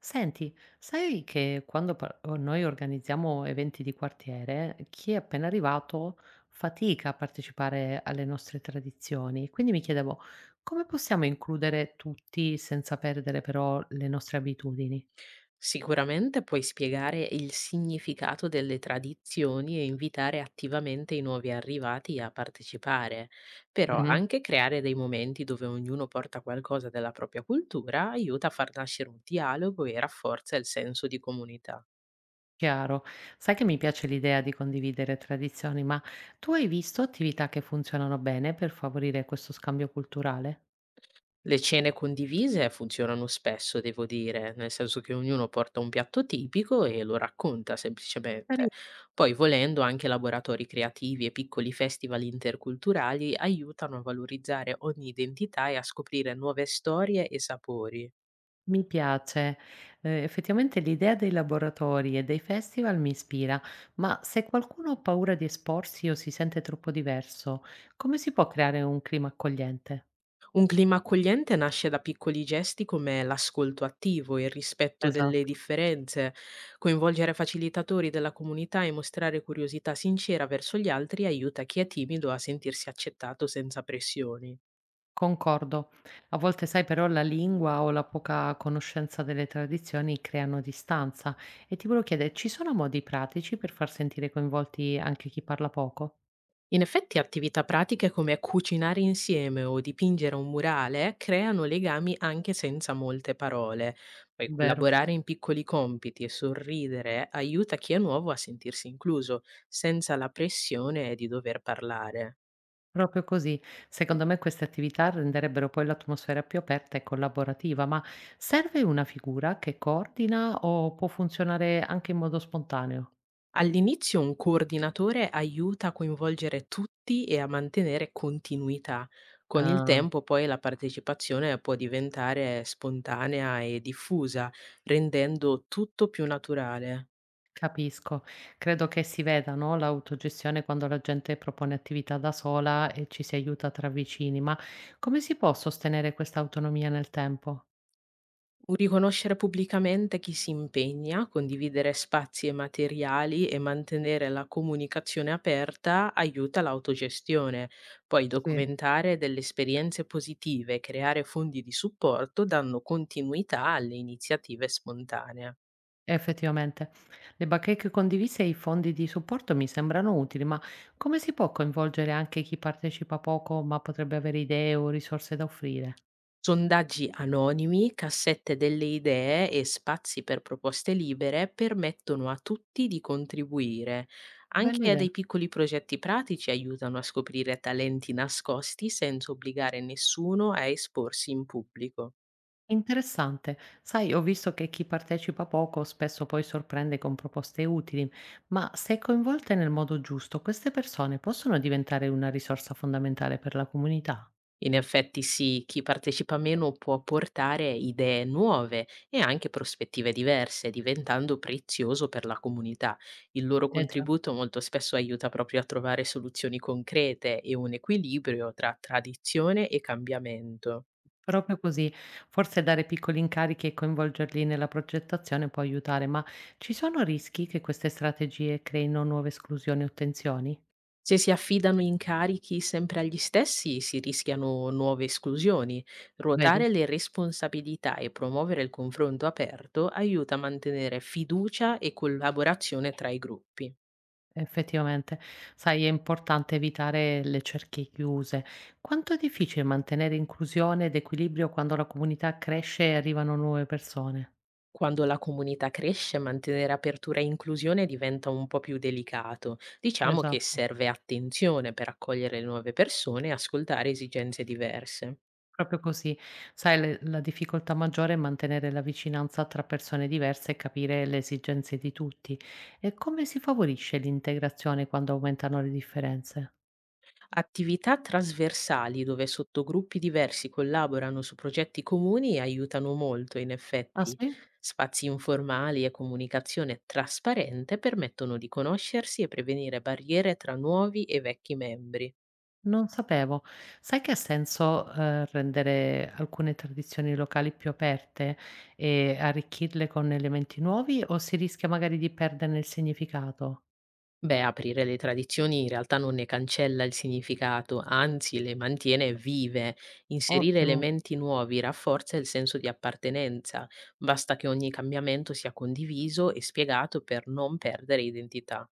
Senti, sai che quando noi organizziamo eventi di quartiere, chi è appena arrivato fatica a partecipare alle nostre tradizioni. Quindi mi chiedevo, come possiamo includere tutti senza perdere però le nostre abitudini? Sicuramente puoi spiegare il significato delle tradizioni e invitare attivamente i nuovi arrivati a partecipare, però Mhm. anche creare dei momenti dove ognuno porta qualcosa della propria cultura aiuta a far nascere un dialogo e rafforza il senso di comunità. Chiaro, sai che mi piace l'idea di condividere tradizioni, ma tu hai visto attività che funzionano bene per favorire questo scambio culturale? Le cene condivise funzionano spesso, devo dire, nel senso che ognuno porta un piatto tipico e lo racconta semplicemente. Poi, volendo, anche laboratori creativi e piccoli festival interculturali aiutano a valorizzare ogni identità e a scoprire nuove storie e sapori. Mi piace. Effettivamente l'idea dei laboratori e dei festival mi ispira, ma se qualcuno ha paura di esporsi o si sente troppo diverso, come si può creare un clima accogliente? Un clima accogliente nasce da piccoli gesti come l'ascolto attivo, il rispetto delle Esatto, differenze, coinvolgere facilitatori della comunità e mostrare curiosità sincera verso gli altri aiuta chi è timido a sentirsi accettato senza pressioni. concordo. A volte, sai, però la lingua o la poca conoscenza delle tradizioni creano distanza e ti volevo chiedere, ci sono modi pratici per far sentire coinvolti anche chi parla poco? In effetti attività pratiche come cucinare insieme o dipingere un murale creano legami anche senza molte parole. Poi Vero. collaborare in piccoli compiti e sorridere aiuta chi è nuovo a sentirsi incluso, senza la pressione di dover parlare. Proprio così. Secondo me queste attività renderebbero poi l'atmosfera più aperta e collaborativa, ma serve una figura che coordina o può funzionare anche in modo spontaneo? All'inizio un coordinatore aiuta a coinvolgere tutti e a mantenere continuità. Con il Ah, tempo poi la partecipazione può diventare spontanea e diffusa, rendendo tutto più naturale. capisco. Credo che si veda, no, l'autogestione quando la gente propone attività da sola e ci si aiuta tra vicini, ma come si può sostenere questa autonomia nel tempo? Un riconoscere pubblicamente chi si impegna, condividere spazi e materiali e mantenere la comunicazione aperta aiuta l'autogestione. Poi Sì. documentare delle esperienze positive e creare fondi di supporto danno continuità alle iniziative spontanee. Effettivamente. Le bacheche condivise e i fondi di supporto mi sembrano utili, ma come si può coinvolgere anche chi partecipa poco ma potrebbe avere idee o risorse da offrire? Sondaggi anonimi, cassette delle idee e spazi per proposte libere permettono a tutti di contribuire. Bella Anche idea. dei piccoli progetti pratici aiutano a scoprire talenti nascosti senza obbligare nessuno a esporsi in pubblico. Interessante. Sai, ho visto che chi partecipa poco spesso poi sorprende con proposte utili, ma se coinvolte nel modo giusto, queste persone possono diventare una risorsa fondamentale per la comunità. In effetti sì, chi partecipa meno può portare idee nuove e anche prospettive diverse, diventando prezioso per la comunità. Il loro Eh già. contributo molto spesso aiuta proprio a trovare soluzioni concrete e un equilibrio tra tradizione e cambiamento. Proprio così, forse dare piccoli incarichi e coinvolgerli nella progettazione può aiutare, ma ci sono rischi che queste strategie creino nuove esclusioni o tensioni? Se si affidano incarichi sempre agli stessi, si rischiano nuove esclusioni. Vedi? Ruotare le responsabilità e promuovere il confronto aperto aiuta a mantenere fiducia e collaborazione tra i gruppi. Effettivamente, sai, è importante evitare le cerchie chiuse. Quanto è difficile mantenere inclusione ed equilibrio quando la comunità cresce e arrivano nuove persone? Quando la comunità cresce, mantenere apertura e inclusione diventa un po' più delicato. Diciamo che Esatto. serve attenzione per accogliere le nuove persone e ascoltare esigenze diverse. Proprio così. Sai, le la difficoltà maggiore è mantenere la vicinanza tra persone diverse e capire le esigenze di tutti. E come si favorisce l'integrazione quando aumentano le differenze? Attività trasversali dove sottogruppi diversi collaborano su progetti comuni aiutano molto, in Ah effetti. sì? Spazi informali e comunicazione trasparente permettono di conoscersi e prevenire barriere tra nuovi e vecchi membri. Non sapevo. Sai che ha senso, rendere alcune tradizioni locali più aperte e arricchirle con elementi nuovi o si rischia magari di perderne il significato? Beh, aprire le tradizioni in realtà non ne cancella il significato, anzi le mantiene vive. Inserire Ottimo. elementi nuovi rafforza il senso di appartenenza. Basta che ogni cambiamento sia condiviso e spiegato per non perdere identità.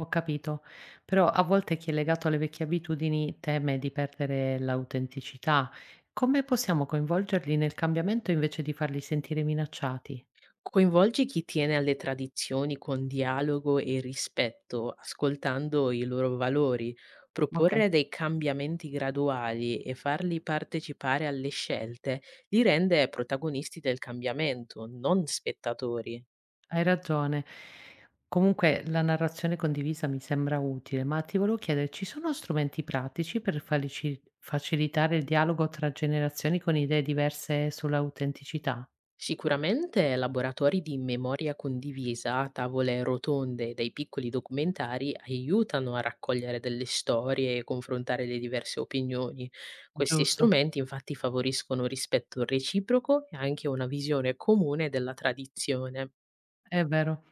Ho capito, però a volte chi è legato alle vecchie abitudini teme di perdere l'autenticità. Come possiamo coinvolgerli nel cambiamento invece di farli sentire minacciati? Coinvolgi chi tiene alle tradizioni con dialogo e rispetto, ascoltando i loro valori. Ok, Proporre dei cambiamenti graduali e farli partecipare alle scelte li rende protagonisti del cambiamento, non spettatori. hai ragione. Comunque la narrazione condivisa mi sembra utile, ma ti volevo chiedere, ci sono strumenti pratici per facilitare il dialogo tra generazioni con idee diverse sull'autenticità? Sicuramente laboratori di memoria condivisa, tavole rotonde e dei piccoli documentari aiutano a raccogliere delle storie e confrontare le diverse opinioni. Questi Giusto. strumenti infatti favoriscono rispetto reciproco e anche una visione comune della tradizione. È vero.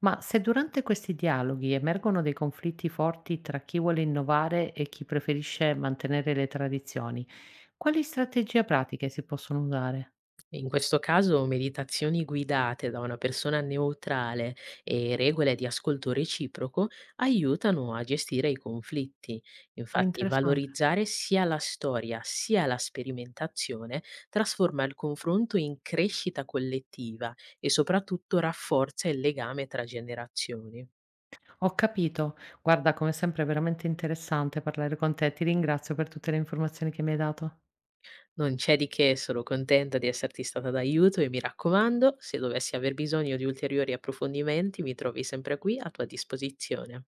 Ma se durante questi dialoghi emergono dei conflitti forti tra chi vuole innovare e chi preferisce mantenere le tradizioni, quali strategie pratiche si possono usare? In questo caso meditazioni guidate da una persona neutrale e regole di ascolto reciproco aiutano a gestire i conflitti. Infatti Interessante. valorizzare sia la storia sia la sperimentazione trasforma il confronto in crescita collettiva e soprattutto rafforza il legame tra generazioni. Ho capito. Guarda, come sempre è veramente interessante parlare con te. Ti ringrazio per tutte le informazioni che mi hai dato. Non c'è di che, sono contenta di esserti stata d'aiuto e mi raccomando, se dovessi aver bisogno di ulteriori approfondimenti, mi trovi sempre qui a tua disposizione.